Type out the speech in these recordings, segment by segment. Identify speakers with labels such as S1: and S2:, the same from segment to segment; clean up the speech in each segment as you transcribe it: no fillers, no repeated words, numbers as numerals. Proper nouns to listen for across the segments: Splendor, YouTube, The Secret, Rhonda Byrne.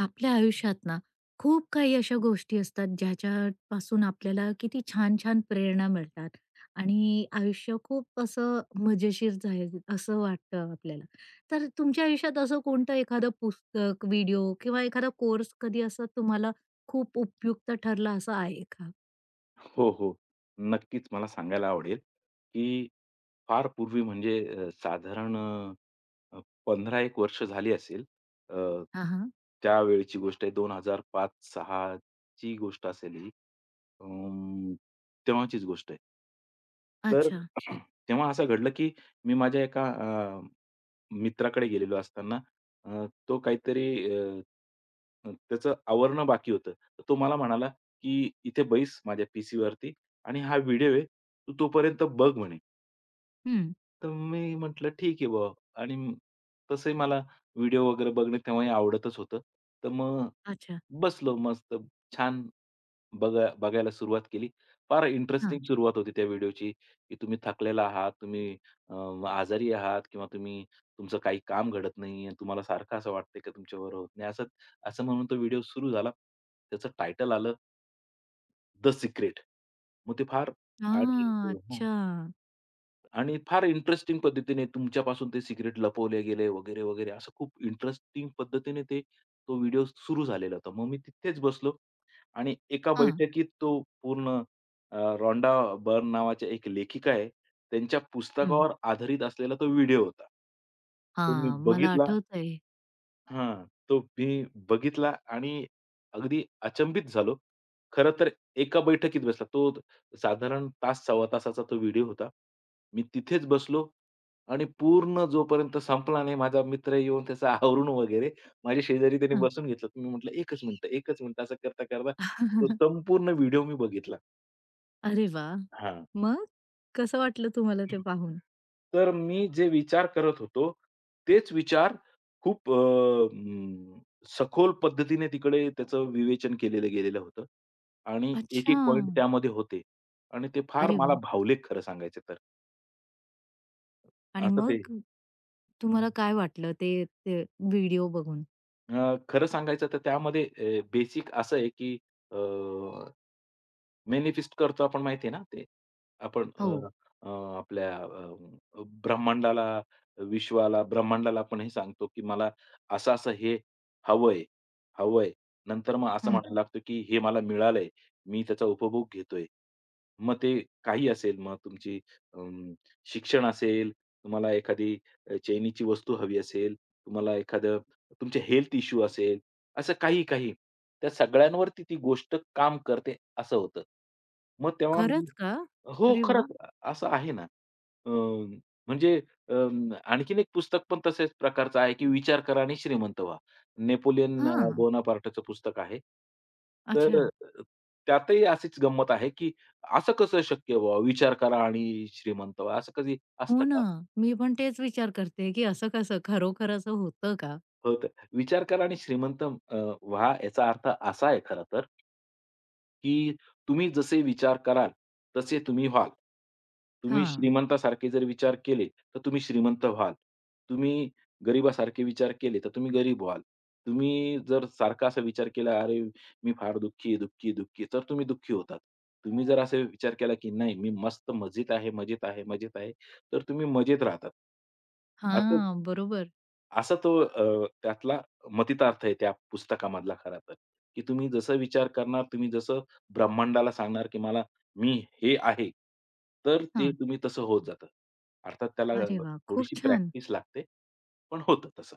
S1: आपल्या आयुष्यात ना खूप काही अशा गोष्टी असतात ज्याच्यापासून आपल्याला किती छान छान प्रेरणा मिळतात आणि आयुष्य खूप असं मजेशीर जाईल असं वाटतं आपल्याला. तर तुमच्या आयुष्यात असं कोणतं एखादं पुस्तक, व्हिडिओ किंवा एखादा कोर्स कधी असं तुम्हाला खूप उपयुक्त ठरला असं आहे का?
S2: हो, हो. नक्कीच मला सांगायला आवडेल, की फार पूर्वी म्हणजे साधारण 15-1 वर्ष झाली असेल. अ,
S1: हां, हां.
S2: त्यावेळची गोष्ट आहे 2005-06 ची गोष्ट असेल ही. अं, तेव्हाचीच गोष्ट आहे. तर
S1: अच्छा.
S2: तेव्हा असं घडलं, की मी माझ्या एका मित्राकडे गेलेलो असताना अ, तो काहीतरी अ, त्याचं आवरणं बाकी होतं. तर तो मला म्हणाला, की "इथे बैस माझ्या पीसीवरती आणि हा व्हिडिओ आहे, तू तोपर्यंत बघ" म्हणे.
S1: हं.
S2: तर मी म्हटलं, "ठीक आहे बुवा" आणि तसंही मला व्हिडिओ वगैरे बघणं तेव्हाही आवडतच होतं. तर मग
S1: अच्छा.
S2: बसलो मस्त छान बघायला सुरुवात केली. फार
S1: हां.
S2: इंटरेस्टिंग सुरुवात होती त्या व्हिडिओची, की तुम्ही थकलेला आहात, तुम्ही अ, आजारी आहात किंवा तुम्ही तुमचं काही काम घडत नाहीये. तुम्हाला सारखं असं वाटतंय की तुमच्याबरोबर होत नाही. असं असं म्हणून तो व्हिडिओ सुरू झाला. त्याचं टायटल आलं "द सिक्रेट." मग ते फार आणि
S1: हां.
S2: हं.
S1: अच्छा.
S2: आणि फार इंटरेस्टिंग पद्धतीने तुमच्यापासून ते सिक्रेट लपवले गेले वगैरे, वगैरे असं खूप इंटरेस्टिंग पद्धतीने तो व्हिडिओ सुरू झालेला होता. मग मी तिथेच बसलो. आणि एका
S1: हां.
S2: बैठकीत तो पूर्ण रॉन्डा बर्न नावाच्या एक लेखिका आहे, त्यांच्या
S1: हं.
S2: पुस्तकावर आधारित असलेला तो व्हिडिओ होता. तो मी
S1: हां. मला
S2: बघितला
S1: आठवतंय.
S2: तो मी बघितला आणि अगदी अचंबित झालो. खरं तर एका बैठकीत बसला. तो साधारण तास सव्वा तासाचा तो व्हिडिओ होता. मी तिथेच बसलो आणि पूर्ण जोपर्यंत संपला नाही, माझा मित्र येऊन त्याचं आवरून वगैरे माझ्या शेजारी त्याने
S1: हं.
S2: बसून घेतलं. मी म्हटलं, "एकच मिनिट, एकच मिनिट" असं करता-करता तो संपूर्ण व्हिडिओ मी बघितला.
S1: अरे वाह!
S2: हां.
S1: मग? कसं वाटलं तुम्हाला ते पाहून?
S2: तर मी जे विचार करत होतो, तेच विचार खूप सखोल पद्धतीने तिकडे त्याचं विवेचन केलेलं गेलेलं होतं आणि
S1: अच्छा!
S2: एक-एक पॉइंट त्यामध्ये होते आणि ते फार
S1: अरे
S2: मला
S1: वा,
S2: भावले खरं सांगायचं तर.
S1: आणि
S2: असं ते
S1: मग
S2: हं.
S1: तुम्हाला काय वाटलं ते ते व्हिडिओ बघून?
S2: खरं सांगायचं तर त्यामध्ये बेसिक असं आहे, की अ, मॅनिफेस्ट करतो आपण माहिती आहे ना ते. आपण अ,
S1: हो.
S2: अ, आपल्या ब्रह्मांडाला, ब्रह्मांडाला आपण हे सांगतो, की मला असं-असं हे हवंय, हवंय. नंतर मग असं
S1: हं.
S2: म्हणायला लागतो, की हे मला मिळालंय, मी त्याचा उपभोग घेतोय. मग ते काही असेल, मग तुमची अं, शिक्षण असेल, तुम्हाला एखादी चैनीची वस्तू हवी असेल, तुम्हाला एखादं तुमचे हेल्थ इश्यू असेल, असं काही, काही. त्या सगळ्यांवरती ती गोष्ट काम करते असं होतं. मग तेव्हा मी
S1: खरंच का?
S2: हो,
S1: अरे वा,
S2: खरंच असं आहे ना. अ, म्हणजे अ, आणखीन एक पुस्तक पण तशाच प्रकारचं आहे, की विचार करा आणि श्रीमंत व्हा. नेपोलियन
S1: हां.
S2: बोनापार्टचं पुस्तक आहे.
S1: अच्छा.
S2: तर त्यातही अशीच गंमत आहे, की असं कसं शक्य व्हावं? विचार करा आणि श्रीमंत व्हा. असं कधी
S1: हो
S2: असतं
S1: ना.
S2: का?
S1: मी पण तेच विचार करते, की असं कसं खरोखर असं होतं का?
S2: हो तर विचार करा आणि श्रीमंत व्हा याचा अर्थ असा आहे खरं तर, की तुम्ही जसे विचार कराल, तसे तुम्ही व्हाल. तुम्ही
S1: हां.
S2: श्रीमंतासारखे जर विचार केले, तर तुम्ही श्रीमंत व्हाल. तुम्ही गरिबासारखे विचार केले, तर तुम्ही गरीब व्हाल. तुम्ही जर सारखा असा विचार केला, "अरे, मी फार दुःखी आहे, दुःखी आहे, दुःखी आहे," तर तुम्ही दुःखी होतात. तुम्ही जर असा विचार केला, की "नाही, मी मस्त मजेत आहे, मजेत आहे, मजेत आहे," तर तुम्ही मजेत राहतात. असंच
S1: हां, बरोबर.
S2: असा तो त्यातला मतितार्थ आहे त्या पुस्तकामधला खरा तर, की तुम्ही जसं विचार करणार, तुम्ही जसं ब्रह्मांडाला सांगणार, की मी हे आहे, तर ते
S1: हां.
S2: तुम्ही तसं होत जातं. अर्थात त्याला
S1: अरे वाह! खूप
S2: थोडीशी
S1: छान.
S2: प्रॅक्टिस लागते, पण होतं तसं.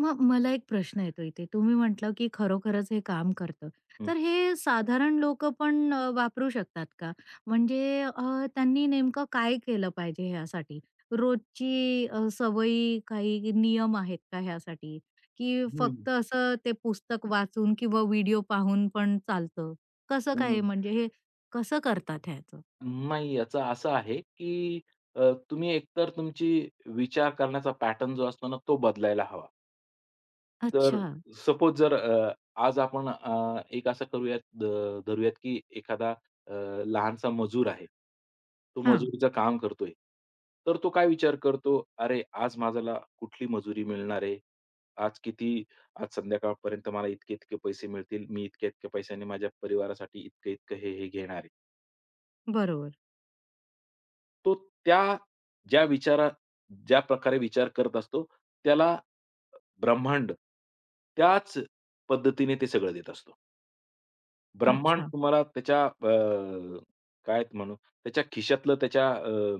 S1: मग मला एक प्रश्न येतो इथे. तुम्ही म्हटलं, की खरोखरच हे काम करतं.
S2: हं.
S1: तर हे साधारण लोकं पण वापरू शकतात का? म्हणजे त्यांनी नेमकं काय केलं पाहिजे ह्यासाठी? रोजची सवयी काही नियम आहेत का ह्यासाठी? की
S2: हं,
S1: फक्त असं ते पुस्तक वाचून किंवा व्हिडिओ पाहून पण चालतं? कसं
S2: हं.
S1: काय म्हणजे हे कसं करतात ह्याचं?
S2: नाही, याचं असं आहे, की तुम्ही एकतर तुमची विचार करण्याचा पॅटर्न जो असतो ना, तो बदलायला हवा. तर
S1: अच्छा.
S2: सपोज जर आज आपण एक असं करूयात धरूयात, की एखादा लहानसा मजूर आहे. तो
S1: हां.
S2: मजुरीचं काम करतोय. तर तो काय विचार करतो, "अरे, आज मला कुठली मजुरी मिळणार आहे? आज किती आज संध्याकाळपर्यंत मला इतके-इतके पैसे मिळतील. मी इतक्या-इतक्या पैशाने माझ्या परिवारासाठी इतकं-इतकं हे, हे घेणार आहे."
S1: बरोबर.
S2: तो त्या ज्या विचारा ज्या प्रकारे विचार करत असतो, त्याला ब्रह्मांड त्याच पद्धतीने ते सगळं देत असतो. ब्रह्मांड
S1: अच्छा.
S2: तुम्हाला त्याच्या काय म्हणू, त्याच्या खिशातलं त्याच्या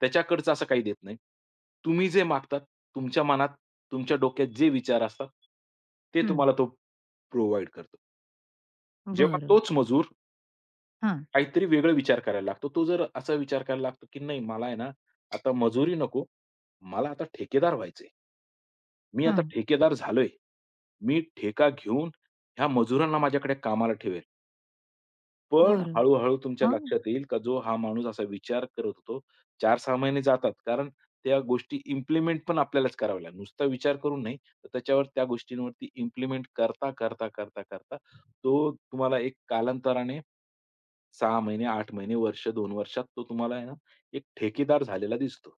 S2: त्याच्याकडचं असं काही देत नाही. तुम्ही जे मागतात, तुमच्या मनात, तुमच्या डोक्यात जे विचार असतात, ते
S1: हं.
S2: तुम्हाला तो प्रोव्हाईड करतो. जेव्हा
S1: बरं.
S2: तोच मजूर
S1: हां,
S2: काहीतरी वेगळा विचार करायला लागतो. तो जर असा विचार करायला लागतो, की नाही मला आहे ना, आता मजुरी नको, मला आता ठेकेदार व्हायचंय. मी आता
S1: हां.
S2: ठेकेदार झालोय. मी ठेका घेऊन ह्या मजुरांना माझ्याकडे कामाला ठेवेल. पण
S1: बरं.
S2: हळू-हळू तुमच्या
S1: मग?
S2: लक्षात येईल का जो हा माणूस असा विचार करत होतो, 4-6 महिने जातात. कारण त्या गोष्टी इम्प्लिमेंट पण आपल्यालाच कराव्या लागतात. नुसता विचार करून नाही, तर त्याच्यावर त्या गोष्टींवरती इम्प्लिमेंट करता, करता, करता, करता तो तुम्हाला एक कालांतराने 6 महिने, 8 महिने, वर्ष, 2 वर्षात तो तुम्हाला आहे ना, एक ठेकेदार झालेला दिसतो.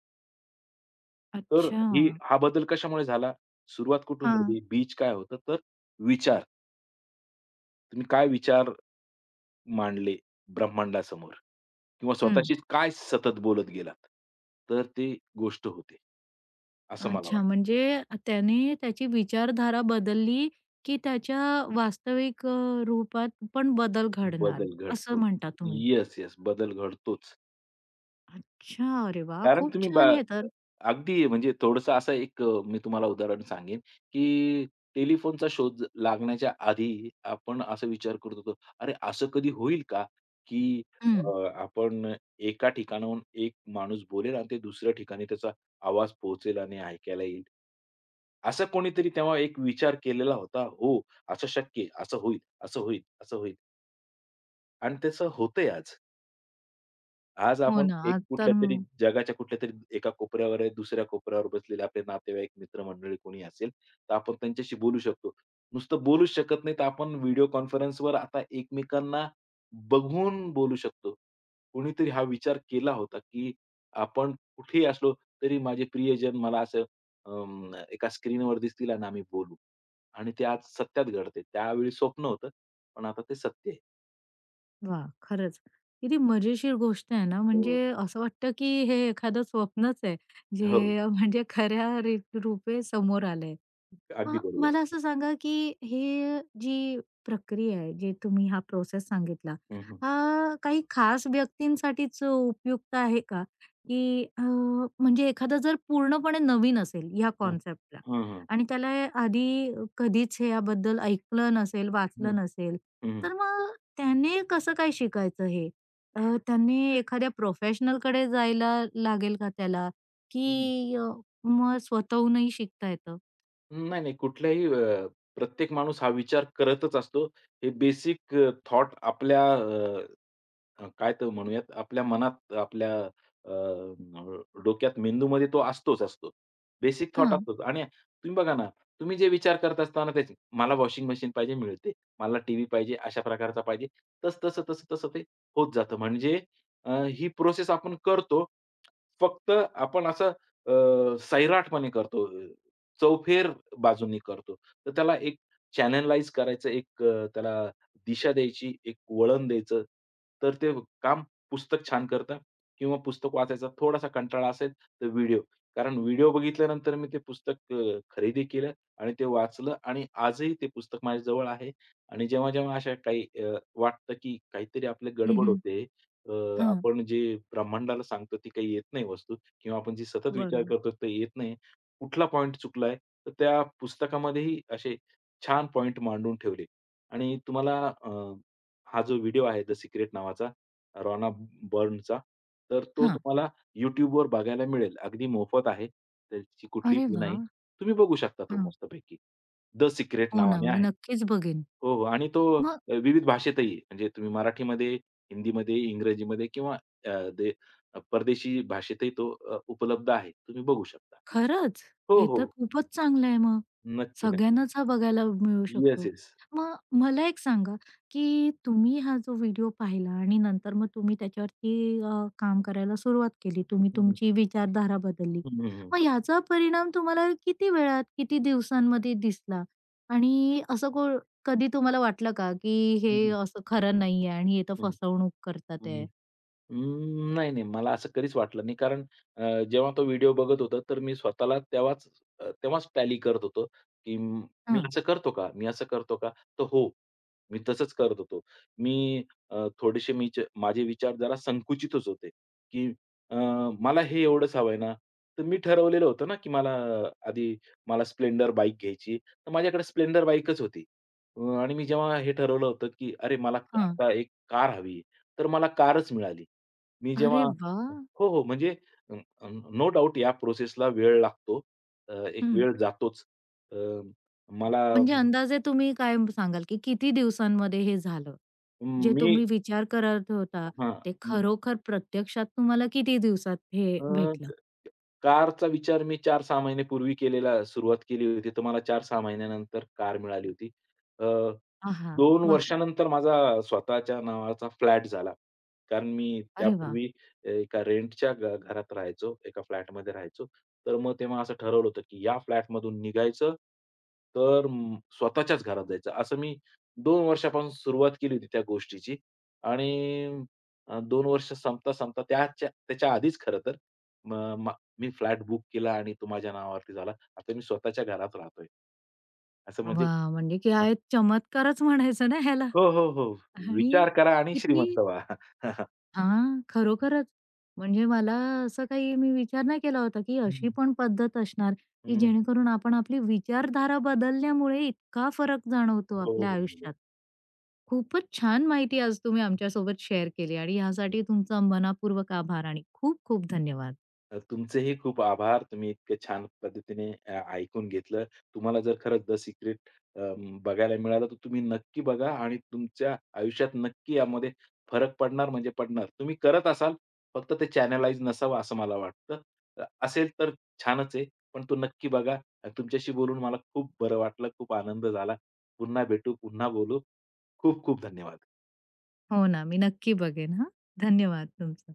S2: तर
S1: अच्छा.
S2: हा बदल कशामुळे झाला? सुरुवात कुठून
S1: हां.
S2: झाली? बीज काय होतं? तर विचार. तुम्ही काय विचार मांडले ब्रह्मांडासमोर किंवा
S1: हं.
S2: स्वतःशीच काय सतत बोलत गेलात, तर ती गोष्ट होते. असं मला
S1: अच्छा,
S2: वाटतं.
S1: म्हणजे त्याने त्याची विचारधारा बदलली, की त्याच्या वास्तविक रूपात पण बदल घडणार,
S2: बदल
S1: असं
S2: घडतो.
S1: म्हणता तुम्ही?
S2: Yes, yes. बदल घडतोच.
S1: अच्छा. अरे वाह!
S2: कारण
S1: खूप
S2: तुम्ही बा
S1: छान आहे तर.
S2: अगदी म्हणजे थोडंसं असं एक मी तुम्हाला उदाहरण सांगेन, की टेलिफोनचा शोध लागण्याच्या आधी आपण असा विचार करत होतो, "अरे, असं कधी होईल का, की अ,
S1: हं.
S2: आपण एका ठिकाणाहून एक माणूस बोलेल आणि ते दुसऱ्या ठिकाणी त्याचा आवाज पोहोचेल आणि ऐकायला येईल?" असं कोणीतरी तेव्हा एक विचार केलेला होता, "हो, असं शक्य आहे, असं होईल, असं होईल, असं होईल." आणि तसं होतंय आज. आज
S1: हो
S2: आपण
S1: ना.
S2: एक
S1: आज तर
S2: कुठल्यातरी जगाच्या कुठल्यातरी एका कोपऱ्यावर आहे, दुसऱ्या कोपऱ्यावर बसलेले आपले नातेवाईक, मित्रमंडळी कोणी असेल, तर आपण त्यांच्याशी बोलू शकतो. नुसतं बोलूच शकत नाही, तर आपण व्हिडिओ कॉन्फरन्सवर आता एकमेकांना बघून बोलू शकतो. कोणीतरी हा विचार केला होता, की आपण कुठेही असलो तरी माझे प्रियजन मला असं एका स्क्रीनवर दिसतील आणि आम्ही बोलू. आणि ते आज सत्यात घडते. त्यावेळी स्वप्न होतं, पण आता ते सत्य आहे.
S1: वाह! खरंच. किती मजेशीर गोष्ट आहे ना, म्हणजे
S2: हो.
S1: असं वाटतं, की हे एखादं स्वप्नच आहे, जे
S2: हो,
S1: म्हणजे खऱ्या री रूपे समोर आलंय. मग
S2: अगदी बरोबर.
S1: मला असं सांगा, की हे जी प्रक्रिया आहे, जे तुम्ही हा प्रोसेस सांगितला,
S2: हं, हं.
S1: हा काही खास व्यक्तींसाठीच उपयुक्त आहे का? की म्हणजे एखादा जर पूर्णपणे नवीन असेल या
S2: हं.
S1: कॉन्सेप्टला
S2: हं, हं.
S1: आणि त्याला आधी कधीच याबद्दल ऐकलं नसेल,
S2: हं,
S1: वाचलं नसेल,
S2: हं.
S1: तर मग त्याने कसं काय शिकायचं हे? अ, त्याने एखाद्या प्रोफेशनलकडे जायला लागेल का त्याला?
S2: हं.
S1: की मग स्वतःहूनही शिकता येतं?
S2: नाही, नाही. प्रत्येक माणूस हा विचार करतच असतो. हे बेसिक थॉट आपल्या अ, अ, काय तर म्हणूयात, आपल्या मनात, आपल्या अ, अ, डोक्यात, मेंदूमध्ये तो असतोच असतो. बेसिक थॉट
S1: हां.
S2: असतोच आणि तुम्ही बघा ना, तुम्ही जे विचार करत असताना त्याचे मला वॉशिंग मशीन पाहिजे, मिळते. मला टीव्ही पाहिजे, अशा प्रकारचा पाहिजे. तसं, तसं, तसं, तसं ते होत जातं. म्हणजे अ, ही प्रोसेस आपण करतो. फक्त आपण असं सैराटपणे करतो. चौफेर बाजूंनी करतो. तर त्याला एक चॅनलाईज करायचं, एक त्याला दिशा द्यायची, एक वळण द्यायचं. तर ते काम पुस्तक छान करतं किंवा पुस्तक वाचायचा थोडासा कंटाळा असेल, तर व्हिडिओ. कारण व्हिडिओ बघितल्यानंतर मी ते पुस्तक खरेदी केलं आणि ते वाचलं आणि आजही ते पुस्तक माझ्याजवळ आहे आणि जेव्हा-जेव्हा अशा काही वाटतं, की काहीतरी आपली
S1: हं,
S2: गडबड
S1: हं.
S2: होते. अ,
S1: हां.
S2: आपण जे ब्रह्मांडाला सांगतो ती काही येत नाही वस्तू किंवा आपण जी सतत विचार
S1: बरोबर.
S2: करतो ते येत नाही. कुठला पॉइंट चुकलाय, तर त्या पुस्तकामध्येही असे छान पॉइंट मांडून ठेवले आणि तुम्हाला हा जो व्हिडिओ आहे द सिक्रेट नावाचा रॉना बर्नचा, तर तो
S1: हां.
S2: तुम्हाला YouTubeवर बघायला मिळेल. अगदी मोफत आहे. त्याची कुठलीही
S1: अरे
S2: फी
S1: वा
S2: नाही. तुम्ही बघू शकता तो
S1: हां.
S2: मस्तपैकी. द सिक्रेट
S1: हो ना,
S2: नावाने
S1: मी
S2: आहे.
S1: नक्कीच बघेन.
S2: हो, हो. आणि तो
S1: मग
S2: विविध भाषेतही आहे. म्हणजे तुम्ही मराठीमध्ये, हिंदीमध्ये, इंग्रजीमध्ये किंवा अ, दे परदेशी भाषेतही तो उपलब्ध आहे. तुम्ही बघू शकता.
S1: खरंच?
S2: हो,
S1: हे तर
S2: हो.
S1: खूपच चांगलं आहे मग.
S2: नक्की, नक्की.
S1: सगळ्यांनाच हा बघायला मिळू
S2: येस,
S1: शकतो.
S2: येस.
S1: मग मला एक सांगा, की तुम्ही हा जो व्हिडिओ पाहिला आणि नंतर मग तुम्ही त्याच्यावरती काम करायला सुरुवात केली. तुम्ही
S2: हं, हं.
S1: तुमची विचारधारा बदलली.
S2: हं, हं,
S1: मग ह्याचा परिणाम तुम्हाला किती वेळात, किती दिवसांमध्ये दिसला? आणि असं को कधी तुम्हाला वाटलं का, की हे
S2: हं.
S1: असं खरं नाहीये आणि हे तर
S2: हं,
S1: फसवणूक करतात आहे?
S2: नाही, नाही. मला असं कधीच वाटलं नाही. कारण जेव्हा तो व्हिडिओ बघत होतो, तर मी स्वतःला तेव्हाच टॅली करत होतो, की मी
S1: हां,
S2: असं करतो का? मी असं करतो का? तर हो, मी तसंच करत होतो. मी थोडेसे माझे विचार जरा संकुचितच होते, की अ, मला हे एवढंच हवंय ना, तर मी ठरवलेलं होतं ना, की मला अं, आधी मला स्प्लेंडर बाईक घ्यायची, तर माझ्याकडे स्प्लेंडर बाईकच होती. आणि मी जेव्हा हे ठरवलं होतं, की अरे, मला
S1: हां.
S2: आता एक कार हवी, तर मला कारच मिळाली. मी जेव्हा
S1: अरे वाह!
S2: हो, हो. म्हणजे नो डाउट या प्रोसेसला वेळ लागतो. एक
S1: हं.
S2: वेळ जातोच. अ, मला
S1: म्हणजे अंदाजे तुम्ही काय सांगाल, की किती दिवसांमध्ये हे झालं? जे
S2: मी
S1: तुम्ही विचार करत होता,
S2: हां.
S1: ते खरोखर प्रत्यक्षात तुम्हाला किती दिवसात हे भेटलं?
S2: कारचा विचार मी 4-6 महिन्यापूर्वी सुरुवात केली होती, तर मला 4-6 महिन्यानंतर कार मिळाली होती. अ,
S1: आहा!
S2: 2
S1: वाह!
S2: वर्षानंतर माझा स्वतःच्या नावाचा फ्लॅट झाला. कारण मी
S1: अरे वाह!
S2: त्यापूर्वी एका रेंटच्या घरात राहायचो, एका फ्लॅटमध्ये राहायचो. तर मग तेव्हा असं ठरवलं होतं, की या फ्लॅटमधून निघायचं, तर स्वतःच्याच घरात जायचं. असं मी 2 वर्षापासून सुरुवात केली होती त्या गोष्टीची आणि 2 वर्ष संपता-संपता त्याच्या त्याच्या आधीच खरं तर मी फ्लॅट बुक केला आणि तो माझ्या नावावरती झाला. आता मी स्वतःच्या घरात राहतोय. असं म्हणजे
S1: वाह! म्हणजे
S2: हां.
S1: काय चमत्कारच म्हणायचं ना ह्याला.
S2: हो, हो, हो.
S1: आणि
S2: विचार करा आणि
S1: किती
S2: श्रीमंत व्हा.
S1: हां, खरोखरच. म्हणजे मला असं काही मी विचार नाही केला होता, की
S2: हं,
S1: अशी
S2: हं.
S1: पण पद्धत असणार, की जेणेकरून आपण आपली विचारधारा बदलल्यामुळे इतका फरक जाणवतो
S2: हो,
S1: आपल्या
S2: हो, हो.
S1: आयुष्यात. खूपच छान माहिती आज तुम्ही आमच्यासोबत शेअर केली आणि यासाठी तुमचा मनापूर्वक आभार आणि खूप खूप धन्यवाद.
S2: तुमचेही खूप आभार. तुम्ही इतक्या छान पद्धतीने ऐकून घेतलं. तुम्हाला जर खरंच द सीक्रेट अ, बघायला मिळालं, तर तुम्ही नक्की बघा आणि तुमच्या आयुष्यात नक्की यामध्ये फरक पडणार म्हणजे पडणार. तुम्ही करत असाल, फक्त ते चॅनलाइज नसावं असं मला वाटतं. असेल तर छानच आहे, पण तो नक्की बघा. आणि तुमच्याशी बोलून मला खूप बरं वाटलं, खूप आनंद झाला. पुन्हा भेटू, पुन्हा बोलू. खूप खूप धन्यवाद.
S1: हो ना, मी नक्की बघेन हां. धन्यवाद तुमचे.